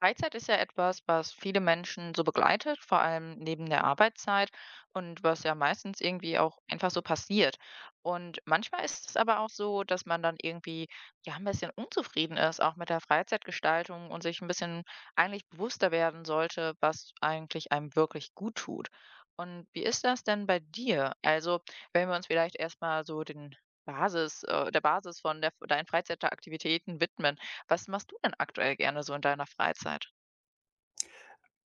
Freizeit ist ja etwas, was viele Menschen so begleitet, vor allem neben der Arbeitszeit und was ja meistens irgendwie auch einfach so passiert. Und manchmal ist es aber auch so, dass man dann irgendwie ja ein bisschen unzufrieden ist, auch mit der Freizeitgestaltung und sich ein bisschen eigentlich bewusster werden sollte, was eigentlich einem wirklich gut tut. Und wie ist das denn bei dir? Also, wenn wir uns vielleicht erstmal so den der Basis von der, deinen Freizeitaktivitäten widmen. Was machst du denn aktuell gerne so in deiner Freizeit?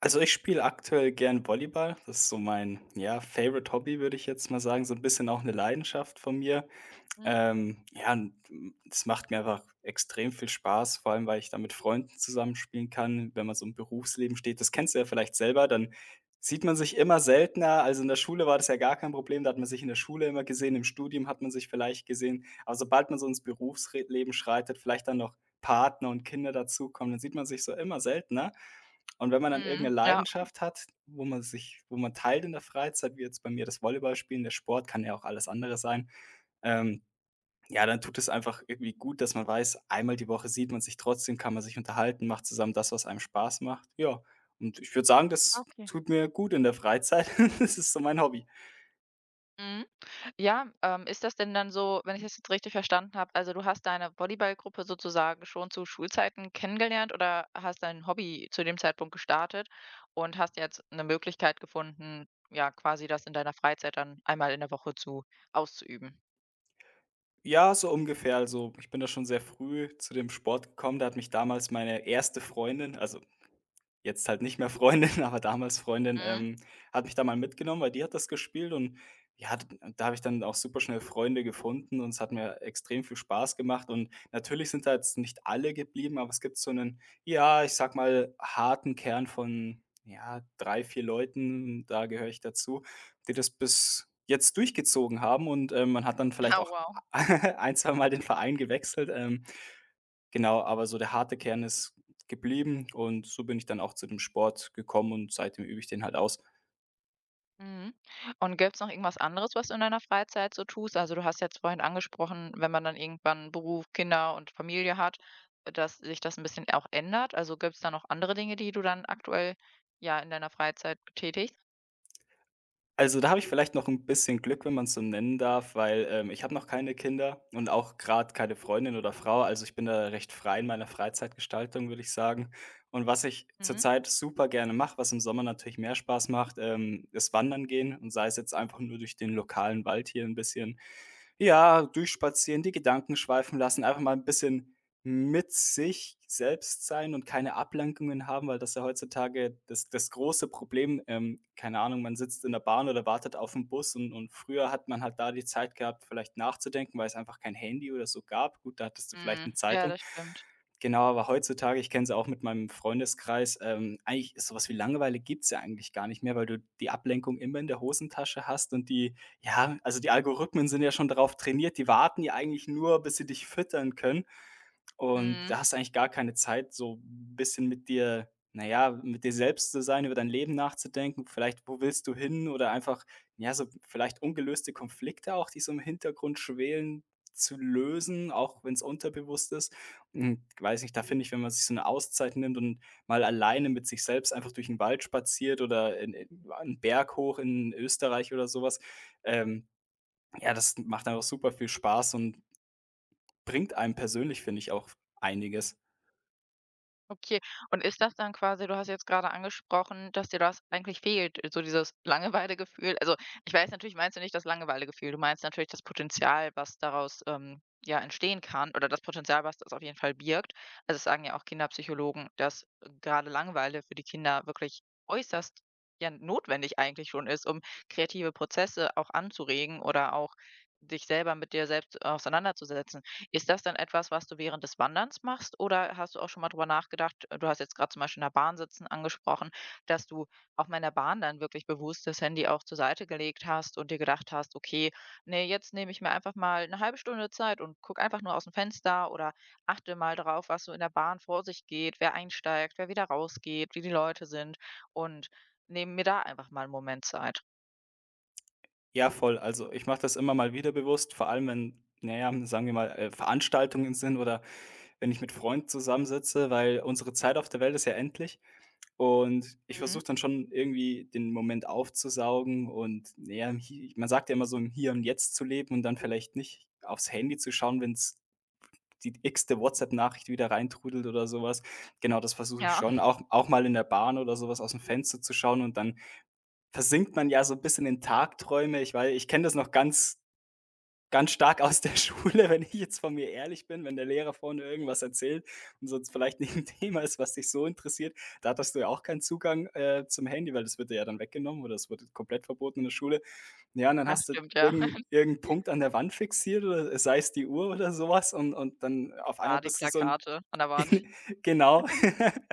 Also, ich spiele aktuell gern Volleyball. Das ist so mein, ja, Favorite Hobby, würde ich jetzt mal sagen, so ein bisschen auch eine Leidenschaft von mir. Mhm. Ja, und, es macht mir einfach extrem viel Spaß, vor allem, weil ich da mit Freunden zusammenspielen kann, wenn man so im Berufsleben steht. Das kennst du ja vielleicht selber, dann sieht man sich immer seltener. Also in der Schule war das ja gar kein Problem, da hat man sich in der Schule immer gesehen, im Studium hat man sich vielleicht gesehen. Aber sobald man so ins Berufsleben schreitet, vielleicht dann noch Partner und Kinder dazukommen, dann sieht man sich so immer seltener. Und wenn man dann irgendeine Mhm, ja. Leidenschaft hat, wo man teilt in der Freizeit, wie jetzt bei mir das Volleyballspielen, der Sport, kann ja auch alles andere sein, ähm ja, dann tut es einfach irgendwie gut, dass man weiß, einmal die Woche sieht man sich trotzdem, kann man sich unterhalten, macht zusammen das, was einem Spaß macht. Ja, und ich würde sagen, Ah, das okay. tut mir gut in der Freizeit. Das ist so mein Hobby. Mhm. Ja, ist das denn dann so, wenn ich das jetzt richtig verstanden habe, also, du hast deine Volleyballgruppe sozusagen schon zu Schulzeiten kennengelernt oder hast dein Hobby zu dem Zeitpunkt gestartet und hast jetzt eine Möglichkeit gefunden, ja, quasi das in deiner Freizeit dann einmal in der Woche zu auszuüben? Ja, so ungefähr. Also, ich bin da schon sehr früh zu dem Sport gekommen. Da hat mich damals meine erste Freundin, also jetzt halt nicht mehr Freundin, aber damals Freundin, Mhm. Hat mich da mal mitgenommen, weil die hat das gespielt, und ja, d da habe ich dann auch super schnell Freunde gefunden und es hat mir extrem viel Spaß gemacht, und natürlich sind da jetzt nicht alle geblieben, aber es gibt so einen, ja, ich sag mal, harten Kern von, ja, 3 4 Leuten, da gehöre ich dazu, die das bis jetzt durchgezogen haben, und, man hat dann vielleicht Ah, auch wow. ein zwei Mal den Verein gewechselt. Genau, aber so der harte Kern ist geblieben, und so bin ich dann auch zu dem Sport gekommen und seitdem übe ich den halt aus. Mhm. Und gibt's noch irgendwas anderes, was du in deiner Freizeit so tust? Also, du hast jetzt vorhin angesprochen, wenn man dann irgendwann Beruf, Kinder und Familie hat, dass sich das ein bisschen auch ändert. Also, gibt's da noch andere Dinge, die du dann aktuell, ja, in deiner Freizeit betätigst? Also, da habe ich vielleicht noch ein bisschen Glück, wenn man es so nennen darf, weil, ich habe noch keine Kinder und auch gerade keine Freundin oder Frau. Also, ich bin da recht frei in meiner Freizeitgestaltung, würde ich sagen. Und was ich Mhm. zurzeit super gerne mache, was im Sommer natürlich mehr Spaß macht, ist Wandern gehen, und sei es jetzt einfach nur durch den lokalen Wald hier ein bisschen, ja, durchspazieren, die Gedanken schweifen lassen, einfach mal ein bisschen mit sich selbst sein und keine Ablenkungen haben, weil das ist ja heutzutage das große Problem. Keine Ahnung, man sitzt in der Bahn oder wartet auf den Bus, und früher hat man halt da die Zeit gehabt, vielleicht nachzudenken, weil es einfach kein Handy oder so gab. Gut, da hattest du vielleicht Mhm. eine Ja, Zeitung. das stimmt. Genau, aber heutzutage, ich kenne es auch mit meinem Freundeskreis, eigentlich, ist sowas wie Langeweile gibt's ja eigentlich gar nicht mehr, weil du die Ablenkung immer in der Hosentasche hast und die ja, also die Algorithmen sind ja schon darauf trainiert, die warten ja eigentlich nur, bis sie dich füttern können. Und da Mhm. hast du eigentlich gar keine Zeit, so 'n bisschen mit dir naja, mit dir selbst zu sein, über dein Leben nachzudenken, vielleicht, wo willst du hin, oder einfach, ja, so vielleicht ungelöste Konflikte auch, die so im Hintergrund schwelen, zu lösen, auch wenn's unterbewusst ist. Weiß nicht, da finde ich, wenn man sich so 'ne Auszeit nimmt und mal alleine mit sich selbst einfach durch 'n Wald spaziert oder in 'n Berg hoch in Österreich oder so was, ähm, ja, das macht einfach super viel Spaß und bringt einem persönlich, finde ich, auch einiges. Okay, und ist das dann quasi, du hast jetzt gerade angesprochen, dass dir das eigentlich fehlt, so dieses Langeweilegefühl. Also, ich weiß natürlich, meinst du nicht das Langeweilegefühl, du meinst natürlich das Potenzial, was daraus, ja, entstehen kann oder das Potenzial, was das auf jeden Fall birgt. Also, das sagen ja auch Kinderpsychologen, dass gerade Langeweile für die Kinder wirklich äußerst, ja, notwendig eigentlich schon ist, um kreative Prozesse auch anzuregen oder auch dich selber mit dir selbst auseinanderzusetzen. Ist das dann etwas, was du während des Wanderns machst oder hast du auch schon mal drüber nachgedacht, du hast jetzt gerade zum Beispiel in der Bahn sitzen angesprochen, dass du auch mal in der Bahn dann wirklich bewusst das Handy auch zur Seite gelegt hast und dir gedacht hast: „Okay, nee, jetzt nehme ich mir einfach mal eine halbe Stunde Zeit und guck einfach nur aus dem Fenster oder achte mal drauf, was so in der Bahn vor sich geht, wer einsteigt, wer wieder rausgeht, wie die Leute sind und nehme mir da einfach mal einen Moment Zeit.“ Ja, voll. Also, ich mache das immer mal wieder bewusst, vor allem wenn, na ja, sagen wir mal, Veranstaltungen sind, oder wenn ich mit Freunden zusammensitze, weil unsere Zeit auf der Welt ist ja endlich. Und ich Mhm. versuche dann schon irgendwie den Moment aufzusaugen und, ja, im Hie man sagt ja immer so, im Hier und Jetzt zu leben und dann vielleicht nicht aufs Handy zu schauen, wenn es die x-te WhatsApp-Nachricht wieder reintrudelt oder sowas. Genau, das versuche ich Ja, schon, auch auch mal in der Bahn oder sowas aus dem Fenster zu schauen, und dann versinkt man ja so ein bisschen in Tagträume. Ich kenne das noch ganz ganz stark aus der Schule, wenn ich jetzt von mir ehrlich bin, wenn der Lehrer vorne irgendwas erzählt und sonst vielleicht nicht ein Thema ist, was dich so interessiert. Da hattest du ja auch keinen Zugang, zum Handy, weil das wird dir ja dann weggenommen oder es wurde komplett verboten in der Schule. Ja, und dann das hast du stimmt, ja. irgend irgendeinen Punkt an der Wand fixiert, oder sei es die Uhr oder sowas, und dann auf einmal Ja, die bist du so 'n Plakate an der Wand. Gen genau.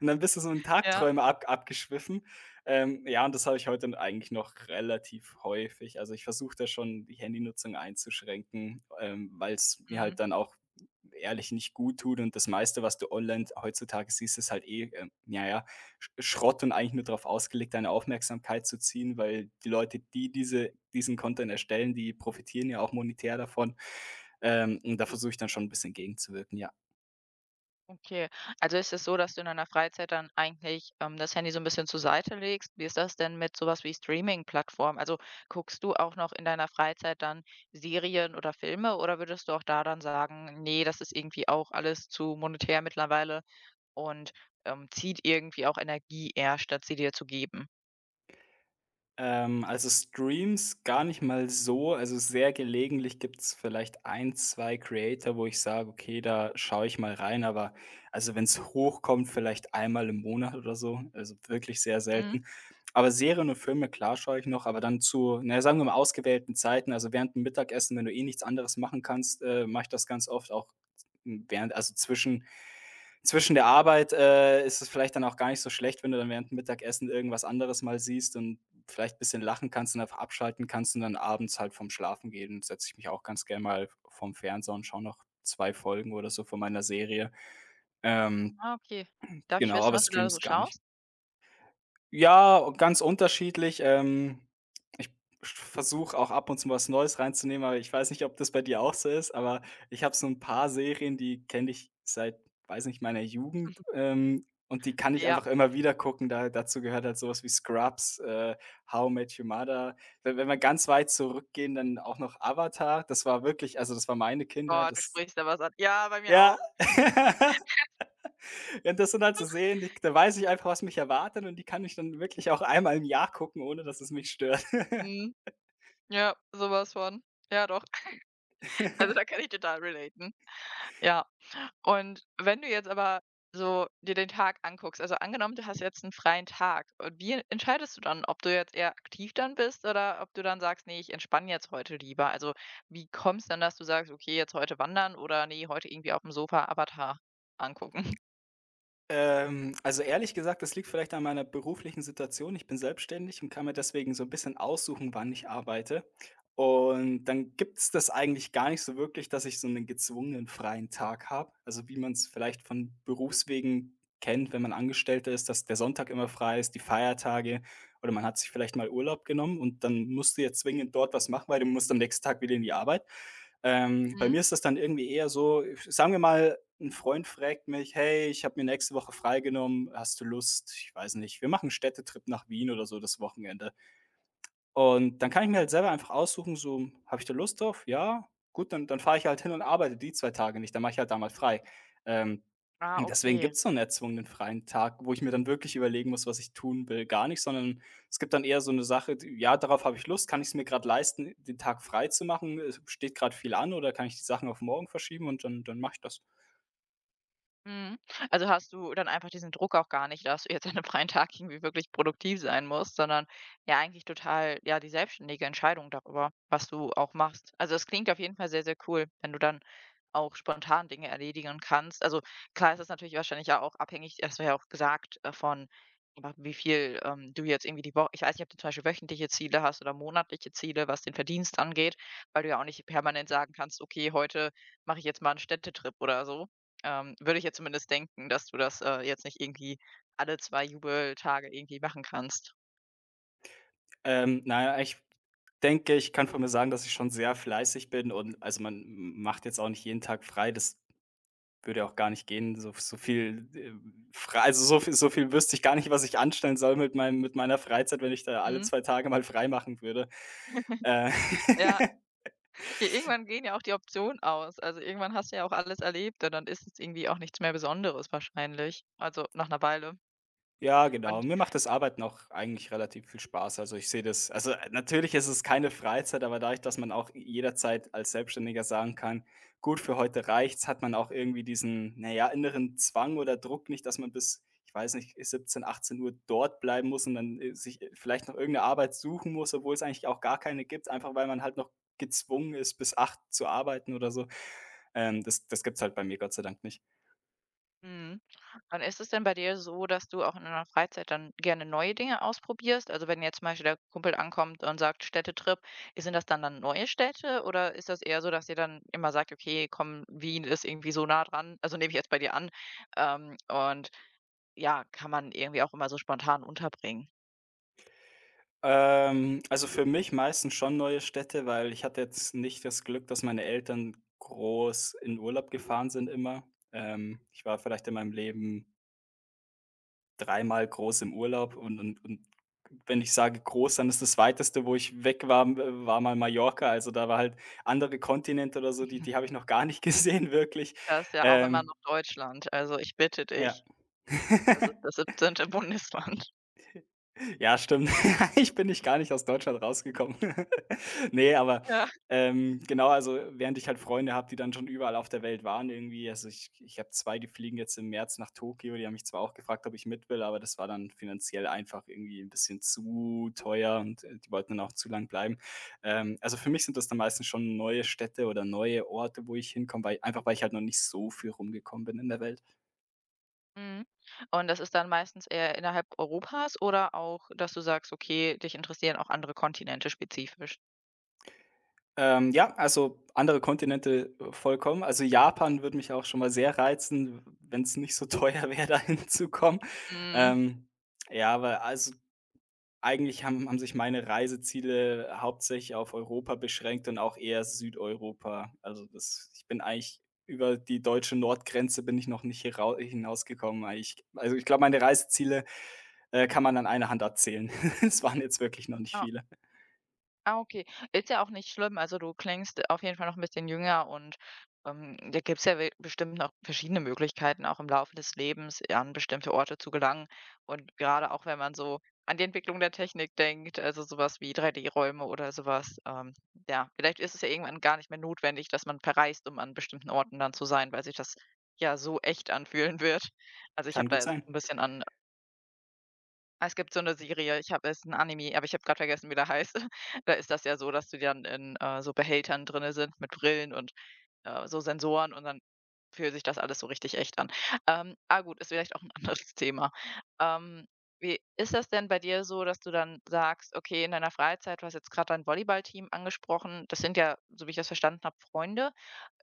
Und dann bist du so in Ja, Tagträume ab abgeschwiffen. Ja, und das habe ich heute n eigentlich noch relativ häufig. Also, ich versuche da schon, die Handynutzung einzuschränken, weil es mir halt mhm. dann auch ehrlich nicht gut tut. Und das meiste, was du online heutzutage siehst, ist halt eh, na ja, Schrott und eigentlich nur darauf ausgelegt, deine Aufmerksamkeit zu ziehen, weil die Leute, die diesen Content erstellen, die profitieren ja auch monetär davon. Und da versuche ich dann schon ein bisschen gegenzuwirken, ja. Okay. Also ist es so, dass du in deiner Freizeit dann eigentlich, das Handy so ein bisschen zur Seite legst? Wie ist das denn mit sowas wie Streaming-Plattformen? Also, guckst du auch noch in deiner Freizeit dann Serien oder Filme oder würdest du auch da dann sagen: „Nee, das ist irgendwie auch alles zu monetär mittlerweile und, zieht irgendwie auch Energie eher, statt sie dir zu geben?“ Also Streams gar nicht mal so. Also sehr gelegentlich gibt es vielleicht ein 2 Creator, wo ich sage: „Okay, da schaue ich mal rein", aber also wenn es hochkommt, vielleicht einmal im Monat oder so, also wirklich sehr Mhm. selten. Aber Serien und Filme, klar, schaue ich noch, aber dann zu, na ja, sagen wir mal, ausgewählten Zeiten. Also während dem Mittagessen, wenn du eh nichts anderes machen kannst, mache ich das ganz oft auch während, also zwischen der Arbeit, ist es vielleicht dann auch gar nicht so schlecht, wenn du dann während dem Mittagessen irgendwas anderes mal siehst und vielleicht ein bisschen lachen kannst und einfach abschalten kannst, und dann abends halt vom schlafen gehen setze ich mich auch ganz gerne mal vom Fernseher und schaue noch 2 Folgen oder so von meiner Serie. Ähm, Ah, okay. Darf ich genau, wissen, aber was du da so streams gar nicht. schaust? Ja, ganz unterschiedlich. Ich versuche auch ab und zu was Neues reinzunehmen, aber ich weiß nicht, ob das bei dir auch so ist, aber ich habe so ein paar Serien, die kenne ich seit, weiß nicht, meiner Jugend, und die kann ich Ja. einfach immer wieder gucken. Da dazu gehört halt sowas wie Scrubs, How I Met Your Mother. We wenn wir ganz weit zurückgehen, dann auch noch Avatar. Das war wirklich, also, das war meine Kindheit, Boah, du das, sprichst da was an. Ja, bei mir ja. auch. Und das Interessant zu sehen, die, da weiß ich einfach, was mich erwartet, und die kann ich dann wirklich auch einmal im Jahr gucken, ohne dass es mich stört. Mhm. Ja, sowas von. Ja, doch. Also, da kann ich total relaten. Ja. Und wenn du jetzt aber so dir den Tag anguckst, also angenommen, du hast jetzt einen freien Tag, und wie entscheidest du dann, ob du jetzt eher aktiv dann bist oder ob du dann sagst: „Nee, ich entspanne jetzt heute lieber?“ Also, wie kommt's dann, dass du sagst: „Okay, jetzt heute wandern“ oder: „Nee, heute irgendwie auf dem Sofa Avatar angucken?“ also ehrlich gesagt, das liegt vielleicht an meiner beruflichen Situation. Ich bin selbstständig und kann mir deswegen so ein bisschen aussuchen, wann ich arbeite. Und dann gibt es das eigentlich gar nicht so wirklich, dass ich so einen gezwungenen freien Tag habe. Also, wie man es vielleicht von Berufswegen kennt, wenn man Angestellter ist, dass der Sonntag immer frei ist, die Feiertage, oder man hat sich vielleicht mal Urlaub genommen und dann musst du ja zwingend dort was machen, weil du musst am nächsten Tag wieder in die Arbeit. Bei Mhm. mir ist das dann irgendwie eher so, sagen wir mal, ein Freund fragt mich: „Hey, ich habe mir nächste Woche freigenommen. Hast du Lust? Ich weiß nicht, wir machen 'n Städtetrip nach Wien oder so das Wochenende." Und dann kann ich mir halt selber einfach aussuchen, so: „Habe ich da Lust drauf? Ja, gut, dann fahre ich halt hin und arbeite die 2 Tage nicht. Dann mache ich halt da mal frei." Ähm, Ah, und deswegen okay. gibt's so 'n erzwungenen freien Tag, wo ich mir dann wirklich überlegen muss, was ich tun will, gar nicht, sondern es gibt dann eher so eine Sache, d ja, darauf habe ich Lust. Kann ich es mir gerade leisten, den Tag frei zu machen? Steht gerade viel an, oder kann ich die Sachen auf morgen verschieben, und dann mache ich das. Mhm. Also, hast du dann einfach diesen Druck auch gar nicht, dass du jetzt an 'nem freien Tag irgendwie wirklich produktiv sein musst, sondern ja eigentlich total, ja, die selbstständige Entscheidung darüber, was du auch machst. Also, es klingt auf jeden Fall sehr, sehr cool, wenn du dann auch spontan Dinge erledigen kannst. Also, klar ist es natürlich wahrscheinlich ja auch abhängig, hast du ja auch gesagt, von wa wie viel, du jetzt irgendwie die Woche. Ich weiß nicht, ob du zum Beispiel wöchentliche Ziele hast oder monatliche Ziele, was den Verdienst angeht, weil du ja auch nicht permanent sagen kannst: „Okay, heute mache ich jetzt mal einen Städtetrip“ oder so. Würde ich ja zumindest denken, dass du das, jetzt nicht irgendwie alle 2 Jubeltage irgendwie machen kannst. Na ja, ich denke, ich kann von mir sagen, dass ich schon sehr fleißig bin und, also, man macht jetzt auch nicht jeden Tag frei. Das würde ja auch gar nicht gehen, so viel, frei, also, so viel wüsste ich gar nicht, was ich anstellen soll mit meinem mit meiner Freizeit, wenn ich da alle Mhm. 2 Tage mal frei machen würde. Äh. Ja, i irgendwann gehen ja auch die Optionen aus. Also, irgendwann hast du ja auch alles erlebt und dann ist es irgendwie auch nichts mehr Besonderes wahrscheinlich, also nach einer Weile Ja, genau. und Mir macht das Arbeiten auch eigentlich relativ viel Spaß. Also, ich sehe das natürlich ist es keine Freizeit, aber dadurch, dass man auch jederzeit als Selbstständiger sagen kann: „Gut, für heute reicht's", hat man auch irgendwie diesen, naja, inneren Zwang oder Druck nicht, dass man bis, ich weiß nicht, 17 Uhr dort bleiben muss und dann, sich vielleicht noch irgendeine Arbeit suchen muss, obwohl es eigentlich auch gar keine gibt, einfach weil man halt noch gezwungen ist, bis acht zu arbeiten oder so. Das gibt's halt bei mir Gott sei Dank nicht. mhm. Und ist es denn bei dir so, dass du auch in deiner Freizeit dann gerne neue Dinge ausprobierst? Also wenn jetzt zum Beispiel der Kumpel ankommt und sagt Städtetrip, sind das dann neue Städte oder ist das eher so, dass ihr dann immer sagt, okay, komm, Wien ist irgendwie so nah dran, also nehme ich jetzt bei dir an, und ja, kann man irgendwie auch immer so spontan unterbringen. Also für mich meistens schon neue Städte, weil ich hatte jetzt nicht das Glück, dass meine Eltern groß in Urlaub gefahren sind immer. Ich war vielleicht in meinem Leben dreimal groß im Urlaub, und wenn ich sage groß, dann ist das Weiteste, wo ich weg war, war mal Mallorca. Also, da war halt andere Kontinente oder so, die habe ich noch gar nicht gesehen wirklich. Das ist ja auch immer Ähm, noch Deutschland, also ich bitte ja. dich, das ist das 17. Bundesland. Ja, stimmt. Ich bin nicht gar nicht aus Deutschland rausgekommen. Ne, aber, Ja. Genau, also, während ich halt Freunde habe, die dann schon überall auf der Welt waren irgendwie. Also, ich habe 2, die fliegen jetzt im März nach Tokio. Die haben mich zwar auch gefragt, ob ich mit will, aber das war dann finanziell einfach irgendwie ein bisschen zu teuer und, die wollten dann auch zu lang bleiben. Also, für mich sind das dann meistens schon neue Städte oder neue Orte, wo ich hinkomme, weil einfach weil ich halt noch nicht so viel rumgekommen bin in der Welt. Mhm. Und das ist dann meistens eher innerhalb Europas oder auch, dass du sagst, okay, dich interessieren auch andere Kontinente spezifisch? Ja, also andere Kontinente, vollkommen. Also, Japan würde mich auch schon mal sehr reizen, wenn es nicht so teuer wäre, da hinzukommen. Mhm. Ähm, ja, aber also eigentlich haben sich meine Reiseziele hauptsächlich auf Europa beschränkt und auch eher Südeuropa. Also, das ich bin eigentlich über die deutsche Nordgrenze bin ich noch nicht hierau hinausgekommen, weil also, ich glaube, meine Reiseziele, kann man an einer Hand abzählen. Es waren jetzt wirklich noch nicht viele. Ah, okay. Ist ja auch nicht schlimm. Also du klingst auf jeden Fall noch ein bisschen jünger und, da gibt es ja we bestimmt noch verschiedene Möglichkeiten, auch im Laufe des Lebens an bestimmte Orte zu gelangen. Und gerade auch, wenn man so an die Entwicklung der Technik denkt, also sowas wie 3D-Räume oder sowas, ähm, ja, vielleicht ist es ja irgendwann gar nicht mehr notwendig, dass man verreist, um an bestimmten Orten dann zu sein, weil sich das ja so echt anfühlen wird. Also ich habe Kann gut da so sein. 'n bisschen an Ah, es gibt so eine Serie, ich habe es 'n Anime, aber ich habe gerade vergessen, wie der heißt. Da ist das ja so, dass die dann in, so Behältern drinne sind mit Brillen und, so Sensoren und dann fühlt sich das alles so richtig echt an. Ah, gut, ist vielleicht auch ein anderes Thema. Ähm, wie ist das denn bei dir so, dass du dann sagst: „Okay, in deiner Freizeit“, du hast jetzt gerade dein Volleyballteam angesprochen, das sind ja, so wie ich das verstanden habe, Freunde.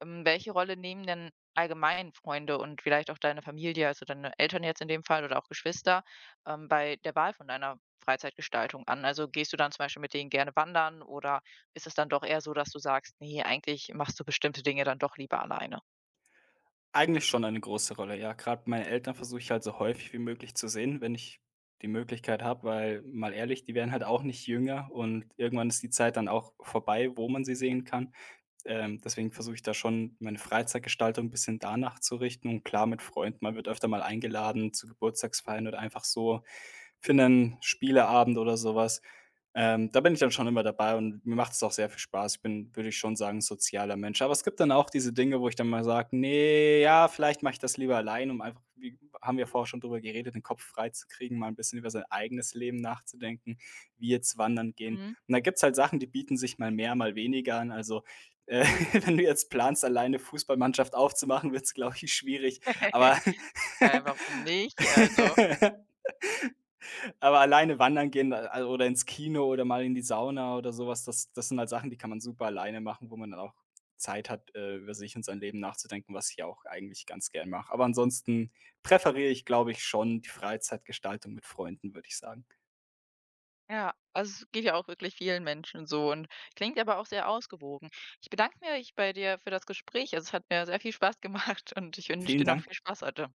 Welche Rolle nehmen denn allgemein Freunde und vielleicht auch deine Familie, also deine Eltern jetzt in dem Fall oder auch Geschwister, bei der Wahl von deiner Freizeitgestaltung an? Also gehst du dann zum Beispiel mit denen gerne wandern oder ist es dann doch eher so, dass du sagst, nee, eigentlich machst du bestimmte Dinge dann doch lieber alleine? Eigentlich schon eine große Rolle, ja. Gerade meine Eltern versuche ich halt so häufig wie möglich zu sehen, wenn ich die Möglichkeit habe, weil mal ehrlich, die werden halt auch nicht jünger und irgendwann ist die Zeit dann auch vorbei, wo man sie sehen kann. Deswegen versuche ich da schon, meine Freizeitgestaltung ein bisschen danach zu richten. Und klar, mit Freunden, man wird öfter mal eingeladen zu Geburtstagsfeiern oder einfach so für einen Spieleabend oder sowas. Da bin ich dann schon immer dabei und mir macht es auch sehr viel Spaß. Ich bin, würde ich schon sagen, sozialer Mensch. Aber es gibt dann auch diese Dinge, wo ich dann mal sage: nee, ja, vielleicht mache ich das lieber allein", um einfach, wie haben wir vorher schon drüber geredet, den Kopf frei zu kriegen, mal ein bisschen über sein eigenes Leben nachzudenken, wie jetzt wandern gehen. Mhm. Und da gibt es halt Sachen, die bieten sich mal mehr, mal weniger an. Also, äh, wenn du jetzt planst, alleine Fußballmannschaft aufzumachen, wird es, glaube ich, schwierig. Aber Hä, warum nicht? Also, aber alleine wandern gehen, al oder ins Kino oder mal in die Sauna oder sowas, das sind halt Sachen, die kann man super alleine machen, wo man dann auch Zeit hat, über sich und sein Leben nachzudenken, was ich ja auch eigentlich ganz gern mache. Aber ansonsten präferiere ich, glaube ich, schon die Freizeitgestaltung mit Freunden, würde ich sagen. ja, also es geht ja auch wirklich vielen Menschen so und klingt aber auch sehr ausgewogen. Ich bedanke mich bei dir für das Gespräch. Also es hat mir sehr viel Spaß gemacht und ich wünsche Vielen dir noch Dank. viel Spaß heute.